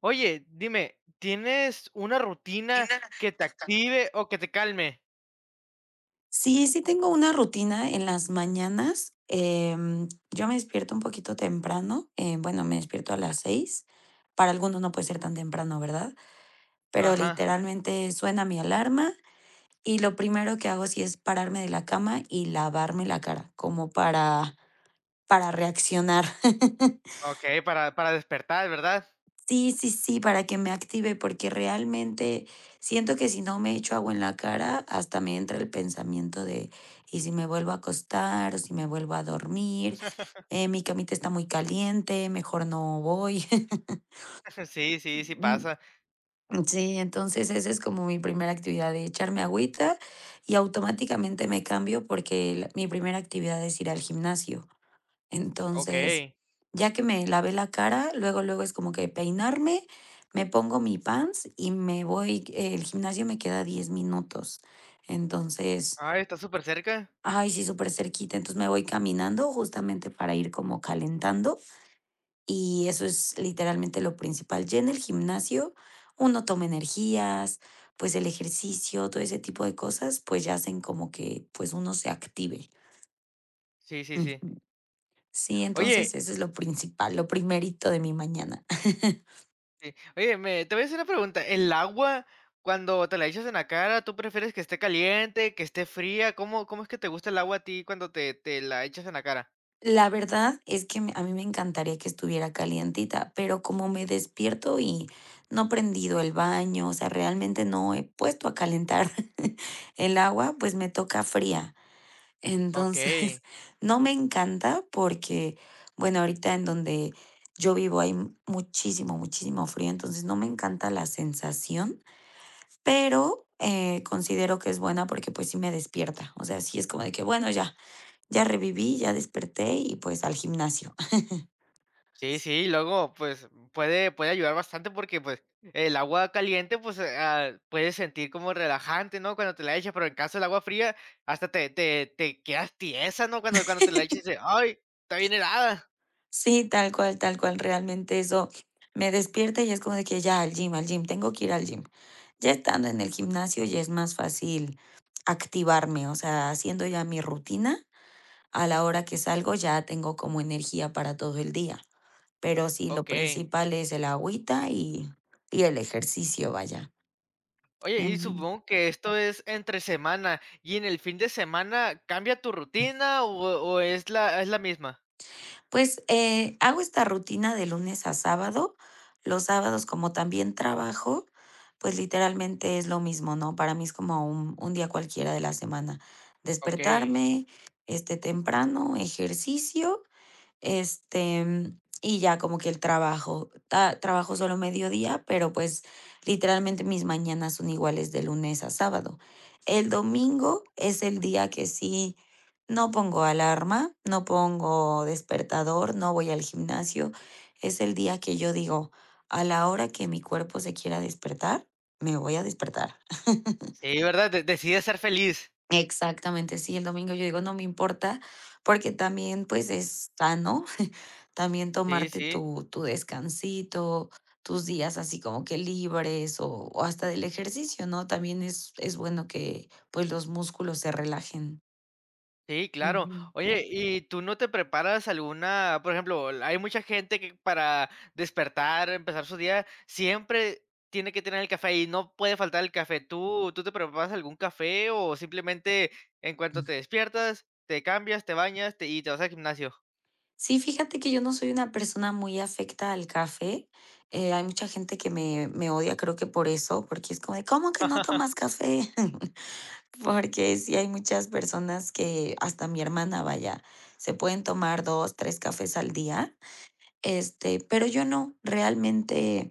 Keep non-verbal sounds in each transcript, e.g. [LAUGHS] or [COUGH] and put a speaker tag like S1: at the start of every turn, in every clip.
S1: Oye, dime, ¿tienes una rutina que te active o que te calme?
S2: Sí, sí tengo una rutina en las mañanas. Yo me despierto un poquito temprano. Bueno, me despierto a las 6. Para algunos no puede ser tan temprano, ¿verdad? Pero
S1: Ajá.
S2: literalmente suena mi alarma y lo primero que hago sí es pararme de la cama y lavarme la cara, como para reaccionar. [LAUGHS]
S1: Okey, para despertar, ¿verdad?
S2: Sí, sí, sí, para que me active, porque realmente siento que si no me echo agua en la cara, hasta me entra el pensamiento de, ¿y si me vuelvo a acostar o si me vuelvo a dormir?
S1: [LAUGHS]
S2: Mi camita está muy caliente, mejor no voy. [LAUGHS]
S1: Sí, sí, sí
S2: Mm,
S1: pasa.
S2: Sí, entonces esa es como mi primera actividad de echarme agüita y automáticamente me cambio porque mi primera actividad es ir al gimnasio. Entonces,
S1: Okey.
S2: ya que me lavé la cara, luego, luego es como que peinarme, me pongo mi pants y me voy, el gimnasio me queda 10 minutos. Entonces,
S1: Ah, está súper cerca.
S2: ay, sí, súper cerquita. Entonces me voy caminando justamente para ir como calentando y eso es literalmente lo principal. Ya en el gimnasio uno toma energías, pues el ejercicio, todo ese tipo de cosas, pues ya hacen como que pues uno se active.
S1: Sí, sí, sí.
S2: Ujú. Sí, entonces
S1: Oye,
S2: eso es lo principal, lo primerito de mi mañana. [LAUGHS]
S1: oye, me te voy a hacer una pregunta, ¿el agua cuando te la echas en la cara, tú prefieres que esté caliente, que esté fría? ¿Cómo es que te gusta el agua a ti cuando te la echas en la cara?
S2: La verdad es que a mí me encantaría que estuviera calientita, pero como me despierto y no he prendido el baño, o sea, realmente no he puesto a calentar [LAUGHS] el agua, pues me toca fría. Entonces,
S1: Okey.
S2: [LAUGHS] no me encanta porque, bueno, ahorita en donde yo vivo hay muchísimo, muchísimo frío, entonces no me encanta la sensación. Pero, considero que es buena porque, pues, sí me despierta. O sea, sí es como de que, bueno, ya, ya reviví, ya desperté y, pues, al gimnasio. [LAUGHS]
S1: Sí, sí, luego, pues, puede ayudar bastante porque, pues, el agua caliente, pues, puedes sentir como relajante, ¿no?, cuando te la echas, pero en caso del agua fría, hasta te quedas tiesa, ¿no?, cuando te la echas, dices: "Ay, está bien helada".
S2: Sí, tal cual, tal cual. Realmente eso me despierta y es como de que ya al gym, tengo que ir al gym. Ya estando en el gimnasio ya es más fácil activarme, o sea, haciendo ya mi rutina, a la hora que salgo ya tengo como energía para todo el día. Pero sí, lo
S1: Okey.
S2: principal es el agüita y el ejercicio, vaya.
S1: Oye, y
S2: Ujú.
S1: supongo que esto es entre semana, ¿y en el fin de semana cambia tu rutina o o es la misma?
S2: Pues, hago esta rutina de lunes a sábado. Los sábados, como también trabajo, pues, literalmente es lo mismo, ¿no? Para mí es como un día cualquiera de la semana.
S1: Okey.
S2: Despertarme, este, temprano, ejercicio, este, y ya como que el trabajo, ta trabajo solo mediodía, pero, pues, literalmente mis mañanas son iguales de lunes a sábado. El domingo es el día que sí no pongo alarma, no pongo despertador, no voy al gimnasio. Es el día que yo digo: "A la hora que mi cuerpo se quiera despertar, me voy a despertar".
S1: Sí, ¿verdad? De decides ser feliz.
S2: Exactamente, sí, el domingo yo digo: "No me importa", porque también, pues, es sano [LAUGHS] también
S1: Sí,
S2: tomarte
S1: sí.
S2: tu descansito, tus días así como que libres o hasta del ejercicio, ¿no? También es bueno que, pues, los músculos se relajen.
S1: Sí, claro.
S2: Ujú.
S1: Oye, ¿y tú no te preparas alguna? Por ejemplo, hay mucha gente que para despertar, empezar su día, siempre tiene que tener el café y no puede faltar el café. ¿Tú te preparas algún café o simplemente en cuanto te despiertas, te cambias, y te vas al gimnasio?
S2: Sí, fíjate que yo no soy una persona muy afecta al café, hay mucha gente que me odia, creo que por eso, porque es como de: "¿Cómo que no tomas
S1: [LAUGHS]
S2: café?" [LAUGHS] Porque sí hay muchas personas que hasta mi hermana, vaya, se pueden tomar 2 3 cafés al día, este, pero yo no, realmente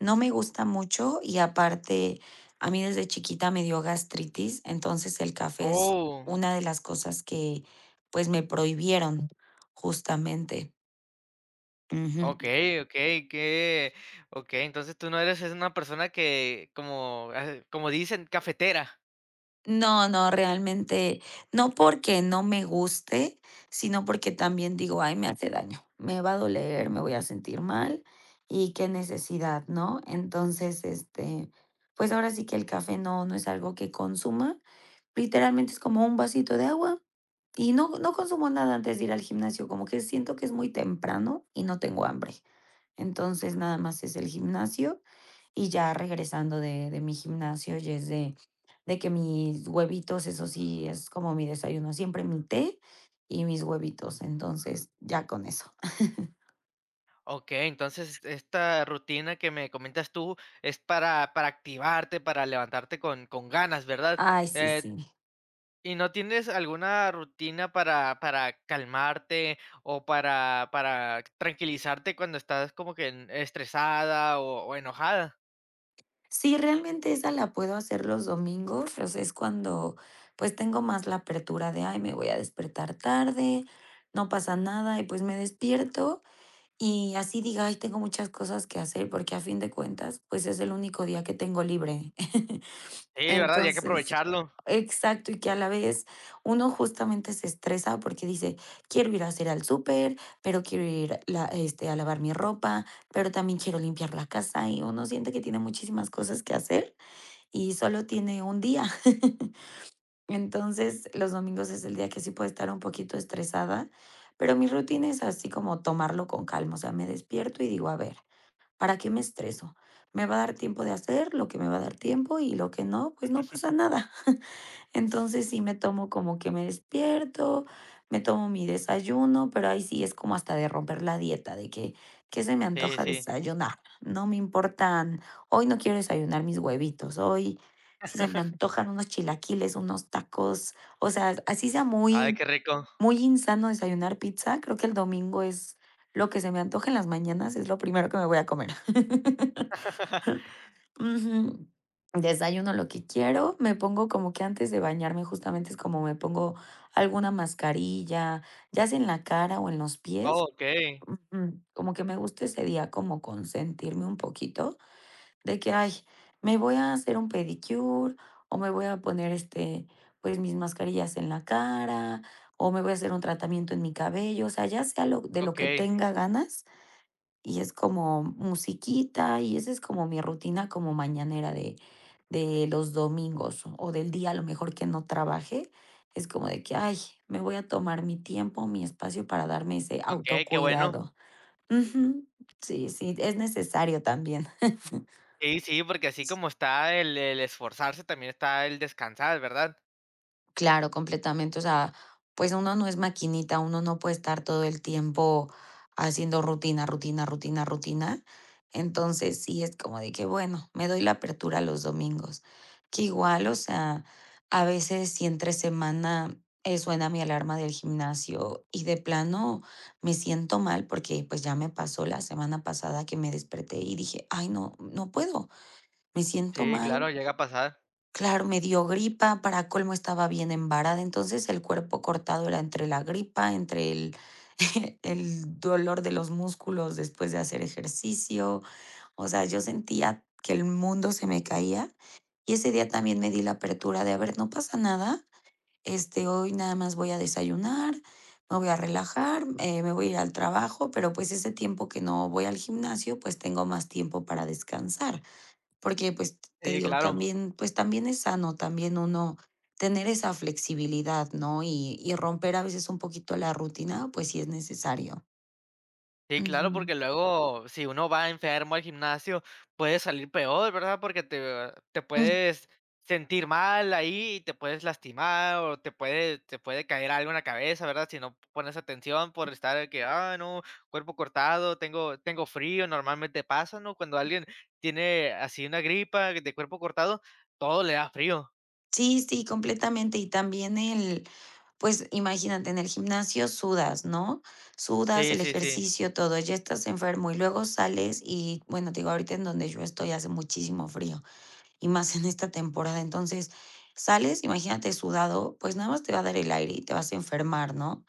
S2: no me gusta mucho y aparte a mí desde chiquita me dio gastritis, entonces el café es
S1: Oh,
S2: una de las cosas que, pues, me prohibieron justamente. Ujú.
S1: ok, ok, que, ok, entonces tú no eres es una persona que, como, ah, como dicen, cafetera.
S2: No, no, realmente no porque no me guste, sino porque también digo: "Ay, me hace daño, me va a doler, me voy a sentir mal y qué necesidad", ¿no? Entonces, este, pues ahora sí que el café no es algo que consuma, literalmente es como un vasito de agua y no consumo nada antes de ir al gimnasio, como que siento que es muy temprano y no tengo hambre. Entonces, nada más es el gimnasio y ya regresando de mi gimnasio, ya es de que mis huevitos, eso sí, es como mi desayuno, siempre mi té y mis huevitos, entonces, ya con eso.
S1: Okey, entonces esta rutina que me comentas tú es para activarte, para levantarte con ganas, ¿verdad?
S2: Ay, sí,
S1: Eh,
S2: sí.
S1: ¿Y no tienes alguna rutina para calmarte o para tranquilizarte cuando estás como que en estresada o enojada?
S2: Sí, realmente esa la puedo hacer los domingos, o sea, es cuando, pues, tengo más la apertura de: "Ay, me voy a despertar tarde, no pasa nada", y, pues, me despierto. Y así diga: "Ay, tengo muchas cosas que hacer", porque a fin de cuentas, pues, es el único día que tengo libre. [LAUGHS]
S1: Sí, ¿verdad? Y hay que
S2: Entonces
S1: aprovecharlo.
S2: exacto, y que a la vez uno justamente se estresa porque dice: "Quiero ir a hacer al súper, pero quiero ir la este, a lavar mi ropa, pero también quiero limpiar la casa", y uno siente que tiene muchísimas cosas que hacer y solo tiene un día. [LAUGHS] Entonces, los domingos es el día que sí puedo estar un poquito estresada, pero mi rutina es así como tomarlo con calma, o sea, me despierto y digo, a ver, ¿para qué me estreso? Me va a dar tiempo de hacer lo que me va a dar tiempo y lo que no, pues no pasa nada. Entonces sí me tomo como que me despierto, me tomo mi desayuno, pero ahí sí es como hasta de romper la dieta, de que, ¿qué se me
S1: Sí,
S2: antoja
S1: sí.
S2: desayunar? No me importan, hoy no quiero desayunar mis huevitos, hoy si se me antojan unos chilaquiles, unos tacos, o sea, así sea
S1: Ay,
S2: muy,
S1: qué rico.
S2: muy insano desayunar pizza, creo que el domingo es lo que se me antoja en las mañanas, es lo primero que me voy a comer. [LAUGHS]
S1: [LAUGHS]
S2: Ujú. Desayuno lo que quiero, me pongo como que antes de bañarme justamente es como me pongo alguna mascarilla, ya sea en la cara o en los
S1: Oh,
S2: pies.
S1: okey,
S2: Ujú. Como que me gusta ese día como consentirme un poquito de que, ay, me voy a hacer un pedicure o me voy a poner este, pues mis mascarillas en la cara o me voy a hacer un tratamiento en mi cabello, o sea, ya sea lo, de lo que
S1: okey,
S2: tenga ganas y es como musiquita, y esa es como mi rutina como mañanera de los domingos, o del día, a lo mejor, que no trabaje. Es como de que: "Ay, me voy a tomar mi tiempo, mi espacio para darme ese
S1: okey, qué bueno.
S2: autocuidado". Ujú. Sí, sí, es necesario también.
S1: Sí, sí, porque así como está el esforzarse, también está el descansar, ¿verdad?
S2: Claro, completamente. O sea, pues uno no es maquinita, uno no puede estar todo el tiempo haciendo rutina, rutina, rutina, rutina. Entonces, sí es como de que, bueno, me doy la apertura los domingos. Que igual, o sea, a veces si entre semana suena mi alarma del gimnasio y de plano me siento mal porque pues ya me pasó la semana pasada que me desperté y dije, ay, no, no puedo, me siento
S1: Sí, claro,
S2: mal.
S1: llega a pasar.
S2: Claro, me dio gripa, para colmo estaba bien embarada, entonces el cuerpo cortado era entre la gripa, entre el [LAUGHS] el dolor de los músculos después de hacer ejercicio, o sea, yo sentía que el mundo se me caía, y ese día también me di la apertura de, a ver, no pasa nada, este, hoy nada más voy a desayunar, me voy a relajar, me voy a ir al trabajo, pero, pues, ese tiempo que no voy al gimnasio, pues, tengo más tiempo para descansar. Porque, pues, te
S1: Sí,
S2: digo,
S1: claro.
S2: también, pues, también es sano, también uno tener esa flexibilidad, ¿no? Y romper a veces un poquito la rutina, pues, sí es necesario.
S1: Sí, claro,
S2: Ujú.
S1: porque luego si uno va enfermo al gimnasio, puede salir peor, ¿verdad? Porque te
S2: Mm,
S1: puedes sentir mal ahí y te puedes lastimar o te puede caer algo en la cabeza, ¿verdad? Si no pones atención por estar de que: "Ah, no, cuerpo cortado, tengo frío", normalmente pasa, ¿no? Cuando alguien tiene así una gripa de cuerpo cortado, todo le da frío.
S2: sí, sí, completamente. Y también el, pues, imagínate, en el gimnasio sudas, ¿no? Sudas,
S1: Sí,
S2: el
S1: sí, sí.
S2: ejercicio, todo, ya estás enfermo y luego sales y, bueno, te digo, ahorita en donde yo estoy hace muchísimo frío y más en esta temporada. Entonces, sales, imagínate sudado, pues, nada más te va a dar el aire y te vas a enfermar, ¿no?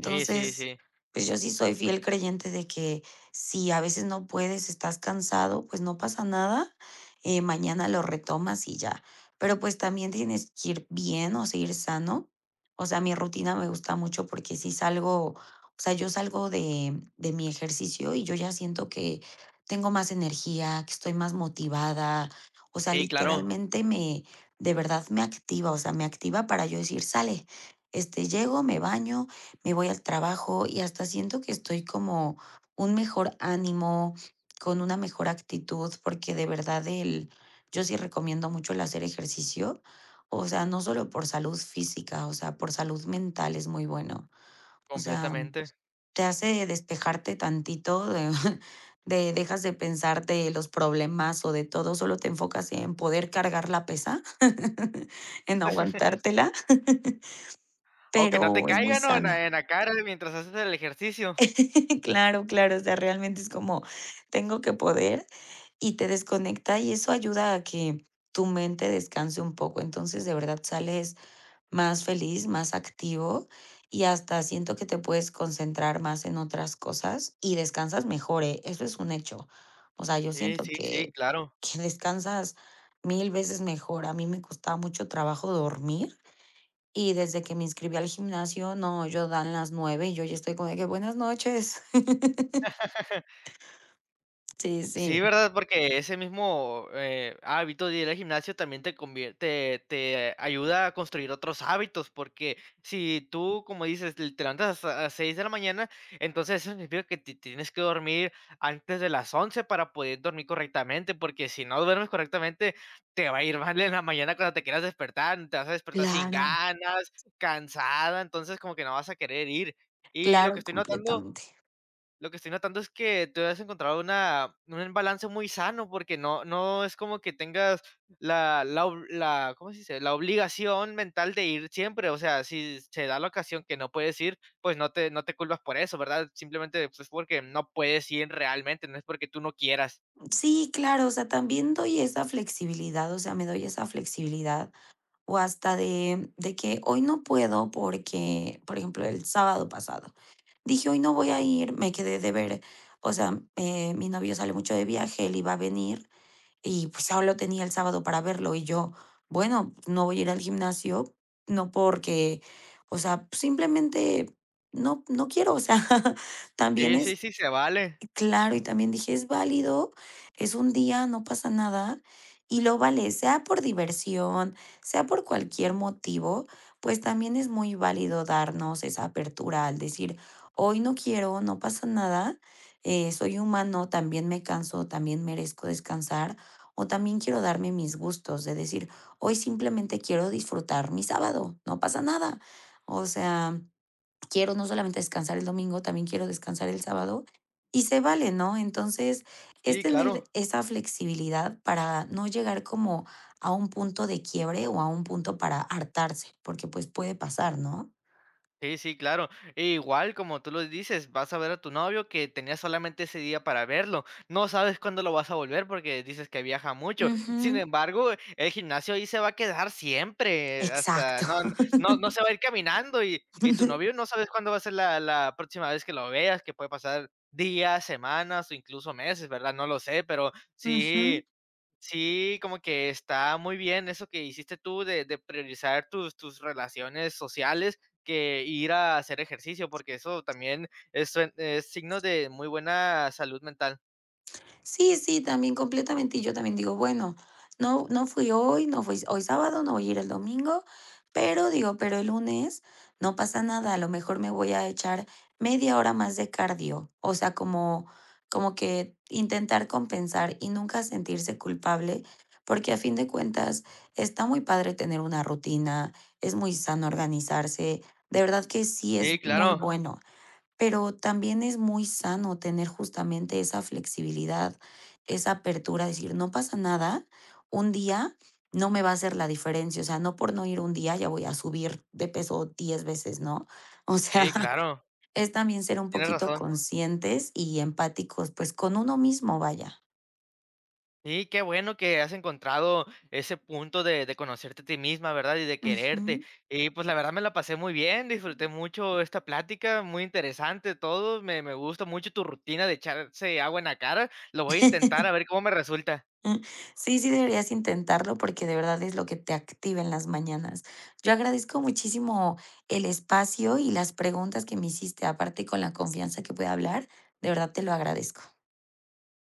S1: Sí, sí, sí.
S2: pues yo sí soy fiel creyente de que si a veces no puedes, estás cansado, pues no pasa nada, mañana lo retomas y ya. Pero pues también tienes que ir bien, o sea, ir sano. O sea, mi rutina me gusta mucho porque si salgo, o sea, yo salgo de mi ejercicio y yo ya siento que tengo más energía, que estoy más motivada. O sea,
S1: Sí, claro,
S2: literalmente me, de verdad me activa, o sea, me activa para yo decir, sale, este, llego, me baño, me voy al trabajo y hasta siento que estoy como un mejor ánimo, con una mejor actitud, porque de verdad el yo sí recomiendo mucho el hacer ejercicio, o sea, no solo por salud física, o sea, por salud mental es muy bueno. O sea,
S1: completamente.
S2: te hace despejarte tantito de [LAUGHS] de dejas de pensar de los problemas o de todo, solo te enfocas en poder cargar la pesa, [LAUGHS] en
S1: [LAUGHS]
S2: aguantártela, [LAUGHS]
S1: O que no te
S2: pero es muy
S1: caigan, ¿no? En la
S2: sano.
S1: en la cara mientras haces el ejercicio.
S2: [LAUGHS] Claro, claro, o sea, realmente es como, tengo que poder, y te desconecta, y eso ayuda a que tu mente descanse un poco. Entonces, de verdad sales más feliz, más activo, y hasta siento que te puedes concentrar más en otras cosas y descansas mejor, ¿eh? Eso es un hecho. O sea, yo
S1: Sí,
S2: siento
S1: sí, sí, claro.
S2: que descansas 1000 veces mejor. A mí me costaba mucho trabajo dormir, y desde que me inscribí al gimnasio, no, yo dan las 9 y yo ya estoy como de que: "Buenas noches". Sí,
S1: Sí,
S2: sí,
S1: ¿verdad? Porque ese mismo, hábito de ir al gimnasio también te ayuda a construir otros hábitos, porque si tú, como dices, te levantas a las 6 de la mañana, entonces eso significa que te tienes que dormir antes de las 11 para poder dormir correctamente, porque si no duermes correctamente, te va a ir mal en la mañana cuando te quieras despertar, te vas a despertar sin
S2: claro,
S1: ganas, cansada, entonces como que no vas a querer ir. Y lo que
S2: claro,
S1: estoy notando
S2: completamente.
S1: lo que estoy notando es que tú has encontrado una un balance muy sano, porque no es como que tengas la, ¿cómo se dice?, la obligación mental de ir siempre, o sea, si se da la ocasión que no puedes ir, pues no te culpas por eso, ¿verdad? Simplemente, pues, porque no puedes ir realmente, no es porque tú no quieras.
S2: Sí, claro, o sea, también doy esa flexibilidad, o sea, me doy esa flexibilidad o hasta de que hoy no puedo porque, por ejemplo, el sábado pasado, dije, hoy no voy a ir, me quedé de ver, o sea, mi novio sale mucho de viaje, él iba a venir y pues solo tenía el sábado para verlo y yo, bueno, no voy a ir al gimnasio, no porque, o sea, simplemente no, no quiero, o sea, [LAUGHS] también
S1: Sí, sí,
S2: es.
S1: sí, se vale.
S2: Claro, y también dije, es válido, es un día, no pasa nada, y lo vale, sea por diversión, sea por cualquier motivo, pues también es muy válido darnos esa apertura al decir, hoy no quiero, no pasa nada, soy humano, también me canso, también merezco descansar, o también quiero darme mis gustos, de decir, hoy simplemente quiero disfrutar mi sábado, no pasa nada. O sea, quiero no solamente descansar el domingo, también quiero descansar el sábado. Y se vale, ¿no? Entonces, es
S1: Sí,
S2: tener
S1: claro.
S2: esa flexibilidad para no llegar como a un punto de quiebre o a un punto para hartarse, porque pues puede pasar, ¿no?
S1: Sí, sí, claro. E igual, como tú lo dices, vas a ver a tu novio que tenías solamente ese día para verlo. No sabes cuándo lo vas a volver porque dices que viaja mucho. Sin
S2: Ujú,
S1: embargo, el gimnasio ahí se va a quedar siempre, hasta
S2: exacto.
S1: no, no, no se va a ir caminando y tu novio
S2: [LAUGHS]
S1: no sabes cuándo va a ser la próxima vez que lo veas, que puede pasar días, semanas o incluso meses, ¿verdad? No lo sé, pero sí.
S2: Ujú.
S1: Sí, como que está muy bien eso que hiciste tú de priorizar tus relaciones sociales que ir a hacer ejercicio, porque eso también es signo de muy buena salud mental.
S2: Sí, sí, también completamente. Y yo también digo, bueno, no, no fui hoy, no fui hoy sábado, no voy a ir el domingo, pero digo, pero el lunes no pasa nada, a lo mejor me voy a echar media hora más de cardio, o sea, como, como que intentar compensar y nunca sentirse culpable, porque a fin de cuentas está muy padre tener una rutina, es muy sano organizarse, de verdad que sí es
S1: Sí,
S2: muy
S1: claro,
S2: bueno. Pero también es muy sano tener justamente esa flexibilidad, esa apertura, decir, no pasa nada, un día no me va a hacer la diferencia, o sea, no por no ir un día ya voy a subir de peso 10 veces, ¿no? O sea,
S1: sí,
S2: [LAUGHS]
S1: claro,
S2: es también ser un
S1: tienes
S2: poquito
S1: razón.
S2: conscientes y empáticos, pues con uno mismo, vaya.
S1: Sí, qué bueno que has encontrado ese punto de conocerte a ti misma, ¿verdad? Y de quererte.
S2: Ujú.
S1: Y, pues, la verdad me la pasé muy bien, disfruté mucho esta plática, muy interesante todo, me gusta mucho tu rutina de echarse agua en la cara, lo voy a intentar
S2: [LAUGHS]
S1: a ver cómo me resulta.
S2: Mm, sí, sí deberías intentarlo porque de verdad es lo que te activa en las mañanas. Yo agradezco muchísimo el espacio y las preguntas que me hiciste, aparte con la confianza que pude hablar, de verdad te lo agradezco.